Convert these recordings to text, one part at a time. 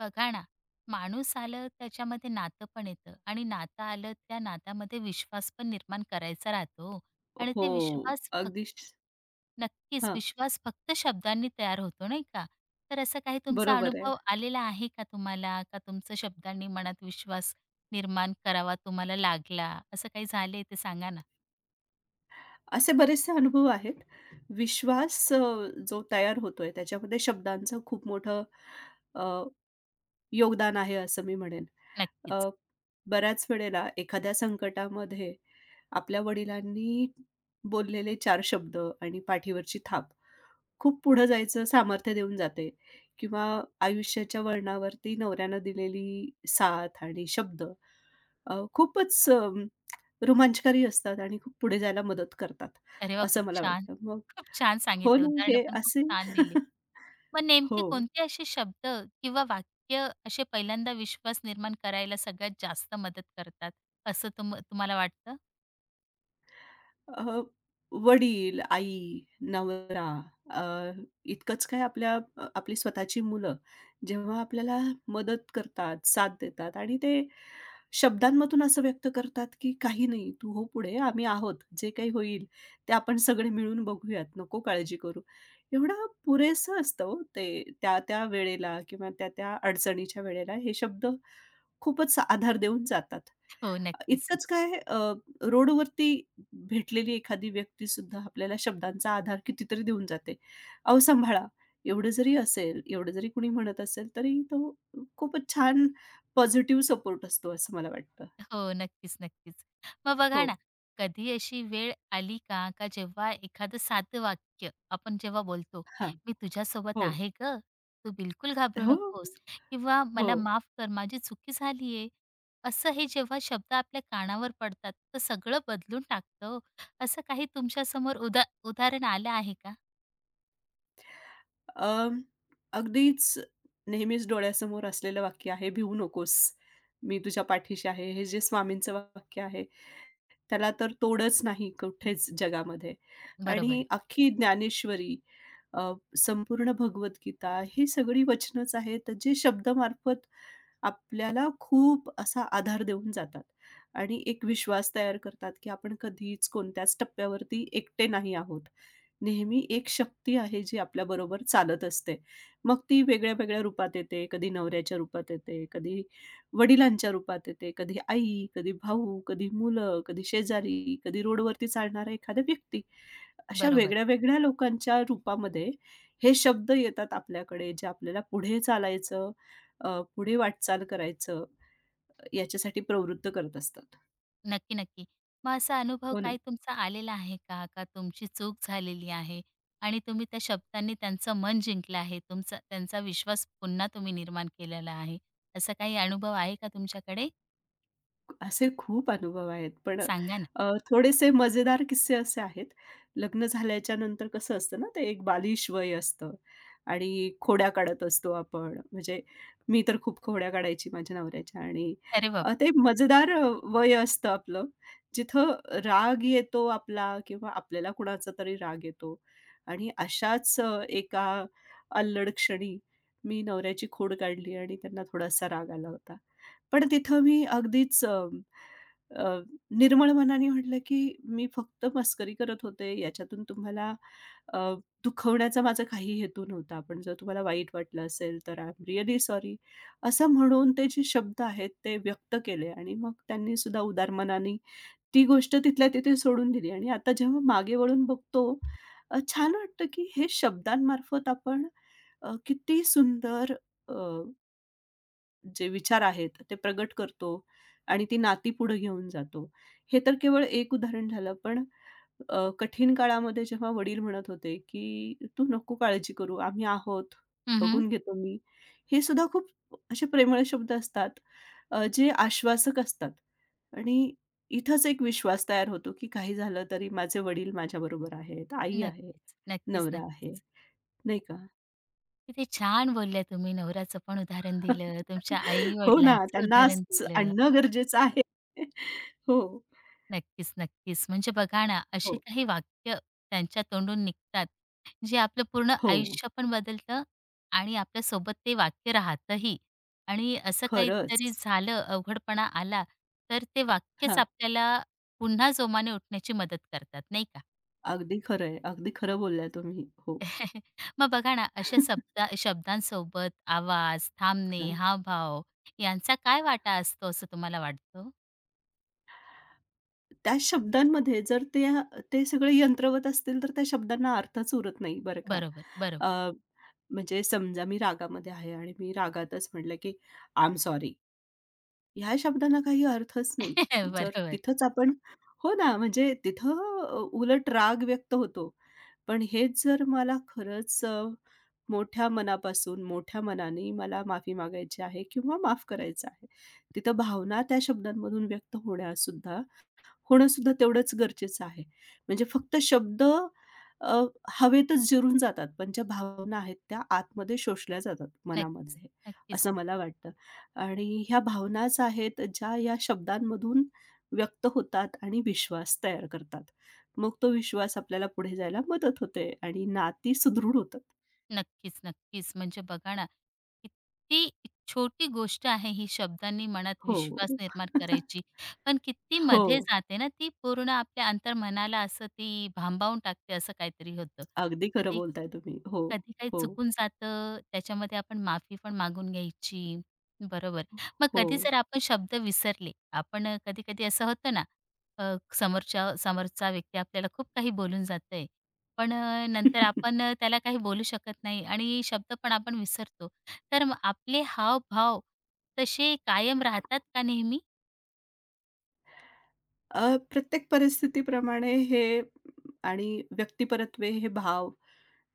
बघा ना, माणूस आलं त्याच्यामध्ये नातं पण येतं आणि नातं आलं त्या नात्यामध्ये विश्वास पण निर्माण करायचा राहतो हो. आणि हो. ते विश्वास फक्त अगदीच नक्कीच हां, विश्वास फक्त शब्दांनी तयार होतो नाही का? तर असा काही तुमचा बरोबर आहे. अनुभव आलेला आहे का तुम्हाला? का तुमचं शब्दांनी मनात विश्वास निर्माण करावा तुम्हाला लागला, असं काही झालंय ते सांगा ना? असे बरेचसे अनुभव आहेत. विश्वास जो तयार होतोय त्याच्यामध्ये शब्दांचं खूप मोठं अ, योगदान आहे असं मी म्हणेन. नक्कीच. अ, बऱ्याच वेळेला एखाद्या संकटामध्ये आपल्या वडिलांनी बोललेले चार शब्द आणि पाठीवरची थाप खूप पुढं जायचं सामर्थ्य देऊन जाते किंवा आयुष्याच्या वळणावरती नवऱ्यानं दिलेली साथ आणि शब्द खूपच रोमांचकारी असतात आणि खूप पुढे जायला मदत करतात, अरे वाह! खूप असं मला छान. वाटतं. मग खूप छान हो सांगितलं. ना, उदाहरणं हे पण खूप असे छान दिली. मग हो. नेमके कोणते असे शब्द किंवा वाक्य असे पहिल्यांदा विश्वास निर्माण करायला सगळ्यात जास्त मदत करतात असं तुम्हाला वाटतं? अ, वडील, आई, नवरा अ, इतकंच काय आपल्या आपली स्वतःची मुलं जेव्हा आपल्याला मदत करतात, साथ देतात आणि ते शब्दांमधून असं व्यक्त करतात, की "काही नाही, तू हो पुढे, आम्ही आहोत. जे काही होईल ते आपण सगळे मिळून बघूयात. नको काळजी करू." एवढं पुरेसं असतं हो ते त्या-त्या वेळेला किंवा त्या-त्या अडचणीच्या वेळेला हे शब्द खूपच आधार देऊन जातात. हो, नक्कीच. इतकंच काय रोडवरती भेटलेली एखादी व्यक्तीसुद्धा आपल्याला शब्दांचा आधार कितीतरी देऊन जाते. "अहो सांभाळा." एवढं जरी असेल, एवढं जरी कुणी म्हणत असेल, तरी तो खूपच छान पॉझिटिव्ह सपोर्ट असतो असं मला वाटतं. हो, नक्कीच, नक्कीच. मग बघा हो. ना, कधी अशी वेळ आली का, का जेव्हा एखादं साधं वाक्य आपण जेव्हा बोलतो, हां. "मी तुझ्यासोबत हो. आहे गं, तू बिलकुल घाबरू हो, नकोस" किंवा हो. "मला माफ कर, माझी चुकी झालीये." असं हे जेव्हा शब्द आपल्या कानावर पडतात, तर सगळं बदलून टाकतं हो. असं काही तुमच्यासमोर उदाहरण आलं आहे का? अं, अगदीच नेहमीच डोळ्यासमोर असलेलं वाक्य आहे, "भिवू नकोस, मी तुझ्या पाठीशी आहे." हे जे स्वामींचं वाक्य आहे, त्याला तर तोडच नाही कुठेच जगामध्ये बरोबर, आणि अख्खी ज्ञानेश्वरी, अ, संपूर्ण भगवद्गीता ही सगळी वचनच आहेत, जे शब्दामार्फत आपल्याला खूप असा आधार देऊन जातात आणि एक विश्वास तयार करतात, की आपण कधीच कोणत्याच टप्प्यावरती एकटे नाही आहोत. नेहमी एक शक्ती आहे जी आपल्याबरोबर चालत असते. मग ती वेगळ्या-वेगळ्या रूपात येते. कधी नवऱ्याच्या रूपात येते, कधी वडिलांच्या रूपात येते, कधी आई, कधी भाऊ, कधी मुलं, कधी शेजारी, कधी रोडवरती चालणारा एखादा व्यक्ती. अशा बरोबर. वेगळ्या-वेगळ्या लोकांच्या रूपामध्ये हे शब्द येतात आपल्याकडे, जे आपल्याला पुढे चालायचं पुढे वाटचाल करायचं याच्यासाठी प्रवृत्त करत असतात. नक्की, नक्की. मग असा अनुभव हो काही तुमचा आलेला आहे का? का तुमची चूक झालेली आहे आणि तुम्ही त्या शब्दांनी त्यांचं मन जिंकलं आहे, तुमचा त्यांचा विश्वास पुन्हा तुम्ही निर्माण केलेला आहे. असा काही अनुभव आहे का तुमच्याकडे? असे खूप अनुभव आहेत. पण सांगा ना. थोडेसे मजेदार किस्से असे आहेत. लग्न झाल्याच्या नंतर कसं असतं ना, ते एक बालिश वय असतं आणि खोड्या काढत असतो आपण. म्हणजे मी तर खूप खोड्या काढायची माझ्या नवऱ्याच्या आणि अरे बापरे! ते मजेदार वय असतं आपलं. जिथं राग येतो आपला किंवा आपल्याला कुणाचा तरी राग येतो आणि अशाच एका अल्लड क्षणी मी नवऱ्याची खोड काढली आणि त्यांना थोडासा राग आला होता. पण तिथं मी अगदीच अ, अ, निर्मळ मनाने म्हटलं, की "मी फक्त मस्करी करत होते. याच्यातून तुम्हाला अ, दुखवण्याचा माझा काही हेतू नव्हता. पण जर तुम्हाला वाईट वाटलं असेल तर आय एम रिअली सॉरी." असं म्हणून ते जे शब्द आहेत ते व्यक्त केले आणि मग त्यांनी सुद्धा उदार मनाने ती गोष्ट तिथल्या तिथे सोडून दिली आणि आता जेव्हा मागे वळून बघतो, छान वाटतं, की हे शब्दांमार्फत आपण किती सुंदर जे विचार आहेत ते प्रगट करतो आणि ती नाती पुढे घेऊन जातो. हे तर केवळ एक उदाहरण झालं. पण कठीण काळामध्ये जेव्हा वडील म्हणत होते, की "तू नको काळजी करू, आम्ही आहोत, हं, बघून घेतो मी." हे सुद्धा खूप असे प्रेमळ शब्द असतात जे आश्वासक असतात आणि इथंच एक विश्वास तयार होतो, की काही झालं तरी माझे वडील माझ्याबरोबर आहेत, आई आहे, नक्कीच, नक्कीच, नवरा आहे, नक्कीच. नाही का? किती छान बोलल्या तुम्ही. नवऱ्याचं पण उदाहरण दिलं, तुमच्या हो ना, आई-वडिलांचं त्यांना उदाहरण असं दिलं. आणणं गरजेचं आहे. हो, नक्कीच, नक्कीच. म्हणजे बघा ना, असे हो, काही वाक्य त्यांच्या तोंडून निघतात, जे आपलं पूर्ण हो. आयुष्य पण बदलतं आणि आपल्यासोबत ते वाक्य राहतंही. आणि असं काहीतरी खरंच. झालं, अवघडपणा आला, तर ते वाक्यच हां, आपल्याला पुन्हा जोमाने उठण्याची मदत करतात, नाही का? अगदी खरं आहे. अगदी खरं बोलल्या तुम्ही. हो. मग बघा ना, अशा शब्दांसोबत आवाज, थांबणे, हां. हावभाव यांचा काय वाटा असतो असं तुम्हाला वाटतं? त्या शब्दांमध्ये जर ते ते सगळे यंत्रवत असतील तर त्या शब्दांना अर्थच उरत नाही बरं का. बरोबर, बरोबर. अ, म्हणजे समजा मी रागामध्ये आहे आणि मी रागातच म्हटलं की आय एम सॉरी. ह्या शब्दांना काही अर्थच नाही. जर बरोबर. तिथंच आपण हो ना, म्हणजे तिथं उलट राग व्यक्त होतो. पण हेच जर मला खरंच मोठ्या मनापासून, मोठ्या मनाने मला माफी मागायची आहे किंवा माफ करायचं आहे. तिथं भावना त्या शब्दांमधून व्यक्त होण्यासुद्धा होणं सुद्धा तेवढंच गरजेचं आहे. म्हणजे फक्त शब्द अ, हवेतच जिरून जातात, पण ज्या भावना आहेत त्या आतमध्ये शोषल्या जातात नक्कीच, मनामध्ये, नक्कीच. असं मला वाटतं. आणि ह्या भावनाच आहेत ज्या या शब्दांमधून व्यक्त होतात आणि विश्वास तयार करतात. मग तो विश्वास आपल्याला पुढे जायला मदत होते आणि नाती सुदृढ होतात. नक्कीच, नक्कीच. म्हणजे बघा ना, किती छोटी गोष्ट आहे ही शब्दांनी मनात हो. विश्वास निर्माण करायची. पण किती हो. मध्ये जाते ना ती पूर्ण आपल्या अंतर्मनाला असं ती भांबावून टाकते असं काहीतरी होतं. अगदी खरं कधी बोलताय तुम्ही. हो, कधी काही हो, चुकून जातं, त्याच्यामध्ये आपण माफी पण मागून घ्यायची. बरोबर. मग हो. कधी जर आपण शब्द विसरले, आपण कधी-कधी असं होतं ना, समोरच्या समोरचा व्यक्ती आपल्याला खूप काही बोलून जातंय, पण नंतर आपण त्याला काही बोलू शकत नाही आणि शब्द पण आपण विसरतो. तर मग आपले हावभाव तसे कायम राहतात का नेहमी? प्रत्येक परिस्थितीप्रमाणे हे आणि व्यक्तिपरत्वे हे भाव,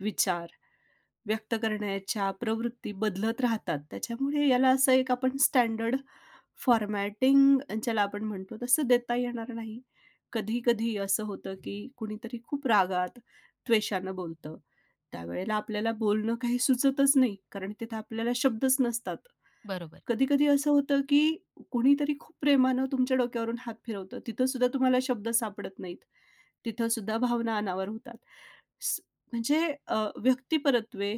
विचार व्यक्त करण्याच्या प्रवृत्ती बदलत राहतात. त्याच्यामुळे याला असं एक आपण स्टँडर्ड फॉर्मॅटिंग ज्याला आपण म्हणतो तसं देता येणार नाही. कधी-कधी असं होतं, की कुणीतरी खूप रागात, त्वेषानं बोलतं. त्यावेळेला आपल्याला बोलणं काही सुचतच नाही, कारण तिथे आपल्याला शब्दच नसतात. बरोबर. कधी-कधी असं होतं, की कुणीतरी खूप प्रेमानं तुमच्या डोक्यावरून हात फिरवतं. तिथं सुद्धा तुम्हाला शब्द सापडत नाहीत. तिथं सुद्धा भावना अनावर होतात. स म्हणजे अ, व्यक्तिपरत्वे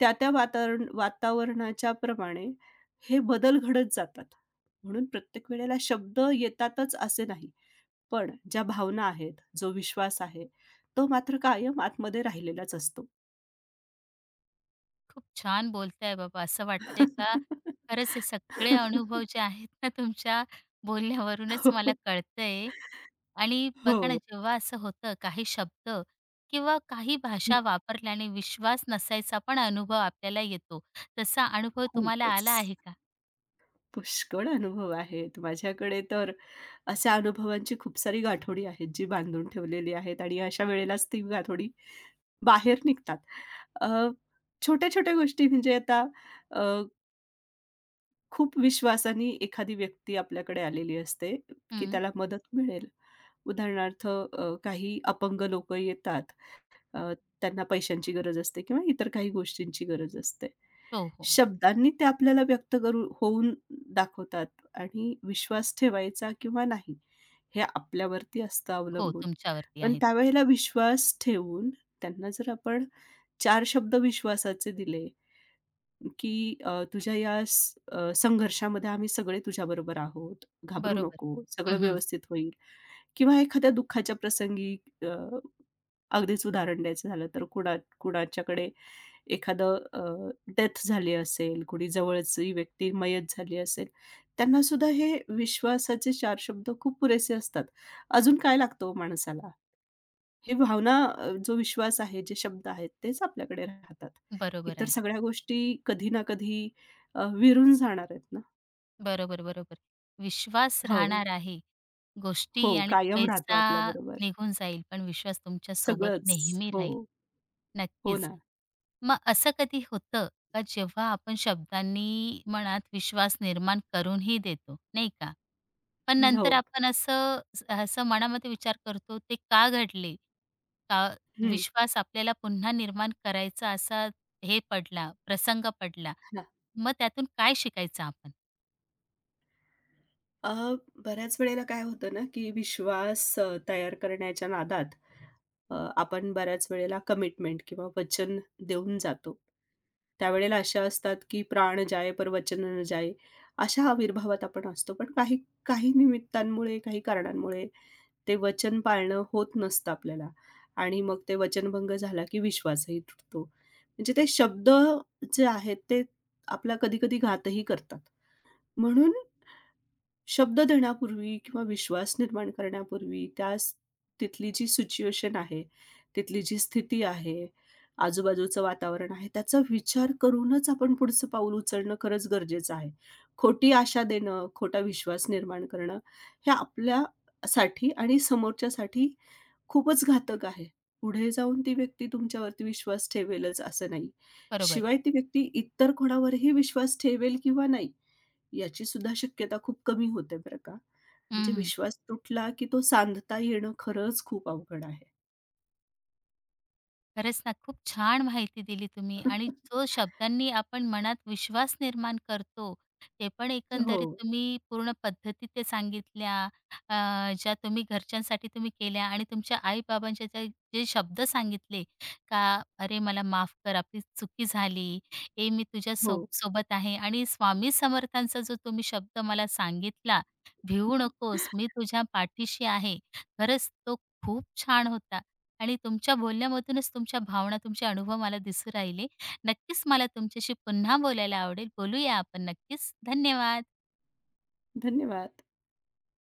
त्या-त्या वातावरणाच्या प्रमाणे हे बदल घडत जातात. म्हणून प्रत्येक वेळेला शब्द येतातच असे नाही. पण ज्या भावना आहेत, जो विश्वास आहे, तो मात्र कायम आतमध्ये राहिलेलाच असतो. खूप छान बोलताय बाबा. असं वाटतंय का खरंच हे सगळे अनुभव जे आहेत ना तुमच्या बोलण्यावरूनच हो, मला कळतंय. आणि हो. बघा ना, जेव्हा असं होतं काही शब्द किंवा काही हं, भाषा वापरल्याने विश्वास नसायचा पण अनुभव आपल्याला येतो. तसा अनुभव तुम्हाला खूपच. आला आहे का? पुष्कळ अनुभव आहेत. माझ्याकडे तर अशा अनुभवांची खूप सारी गाठोडी आहेत, जी बांधून ठेवलेली आहेत आणि अशा वेळेलाच ती गाठोडी बाहेर निघतात. अ, छोट्या-छोट्या गोष्टी म्हणजे आता अ, खूप विश्वासाने एखादी व्यक्ती आपल्याकडे आलेली असते, की हं. त्याला मदत मिळेल. उदाहरणार्थ काही अपंग लोकं येतात अ, त्यांना पैशांची गरज असते किंवा इतर काही गोष्टींची गरज असते. हो, हो. शब्दांनी ते आपल्याला व्यक्त करू होऊन दाखवतात आणि विश्वास ठेवायचा किंवा नाही, हे आपल्यावरती असतं हो, अवलंबून. तुमच्यावरती पण आहेत. त्यावेळेला विश्वास ठेवून त्यांना जर आपण चार शब्द विश्वासाचे दिले, की "तुझ्या या संघर्षामध्ये आम्ही सगळे तुझ्याबरोबर आहोत. घाबरू बरोबर. नको. सगळं हं, व्यवस्थित होईल." किंवा एखाद्या दुःखाच्या प्रसंगी अगदीच उदाहरण द्यायचं झालं तर कुणा कुणाच्याकडे एखादं डेथ झाली असेल, कुणी जवळची व्यक्ती मयत झाली असेल, त्यांनासुद्धा हे विश्वासाचे चार शब्द खूप पुरेसे असतात. अजून काय लागतं हो माणसाला? ही भावना जो विश्वास आहे, जे शब्द आहेत तेच आपल्याकडे राहतात. बरोबर इतर आहे. सगळ्या गोष्टी कधी ना कधी विरून जाणार आहेत ना. बरोबर, बरोबर. विश्वास हो. राहणार आहे. हो, गोष्टी आणि तो कायम राहतो पैसा आपल्याबरोबर. निघून जाईल, पण विश्वास तुमच्या सोबत सगळंच. नेहमी हो, राहील. हो नक्कीच. ना. मग असं कधी होतं का जेव्हा आपण शब्दांनी मनात विश्वास निर्माण करूनही देतो, नाही का? पण हो. नंतर आपण असं असं मनामध्ये विचार करतो, ते का घडले? का हं. विश्वास आपल्याला पुन्हा निर्माण करायचा असा हे पडला, प्रसंग पडला. मग त्यातून काय शिकायचं आपण? अ, बऱ्याच वेळेला काय होतं ना, की विश्वास तयार करण्याच्या नादात आपण बऱ्याच वेळेला कमिटमेंट किंवा वचन देऊन जातो. त्यावेळेला अशा असतात, की प्राण जाये पर वचन न जाये, अशा आविर्भावात आपण असतो. पण काही काही निमित्तांमुळे, काही कारणांमुळे ते वचन पाळणं होत नसतं आपल्याला आणि मग ते वचनभंग झाला, की विश्वासही तुटतो. म्हणजे ते शब्द जे आहेत ते आपला कधी-कधी घातही करतात. म्हणून शब्द देण्यापूर्वी किंवा विश्वास निर्माण करण्यापूर्वी त्या स तिथली जी सिच्युएशन आहे, तिथली जी स्थिती आहे, आजूबाजूचं वातावरण आहे, त्याचा विचार करूनच आपण पुढचं पाऊल उचलणं खरंच गरजेचं आहे. खोटी आशा देणं, खोटा विश्वास निर्माण करणं हे आपल्यासाठी आणि समोरच्यासाठी खूपच घातक आहे. पुढे जाऊन ती व्यक्ती तुमच्यावरती विश्वास ठेवेलच असं नाही. बरोबर. शिवाय ती व्यक्ती इतर कोणावरही विश्वास ठेवेल किंवा नाही, याची सुद्धा शक्यता खूप कमी होते बरं का. म्हणजे हं, विश्वास तुटला, की तो सांधता येणं खरंच खूप अवघड आहे. खरंच ना, खूप छान माहिती दिली तुम्ही आणि जो शब्दांनी आपण मनात विश्वास निर्माण करतो, ते पण हो, एकंदरीत तुम्ही पूर्ण पद्धती ते सांगितल्या. अ, ज्या तुम्ही घरच्यांसाठी तुम्ही केल्या आणि तुमच्या आई-बाबांच्या जे शब्द सांगितले का "अरे, मला माफ कर, आपली चुकी झाली. ए, मी तुझ्या हो. सोबत आहे." आणि स्वामी समर्थांचा जो तुम्ही शब्द मला सांगितला, "भिवू नकोस, मी तुझ्या पाठीशी आहे." खरंच तो खूप छान होता आणि तुमच्या बोलण्यामधूनच तुमच्या भावना, तुमचे अनुभव मला दिसू राहिले. नक्कीच मला तुमच्याशी पुन्हा बोलायला आवडेल. बोलूया आपण नक्कीच. धन्यवाद. धन्यवाद.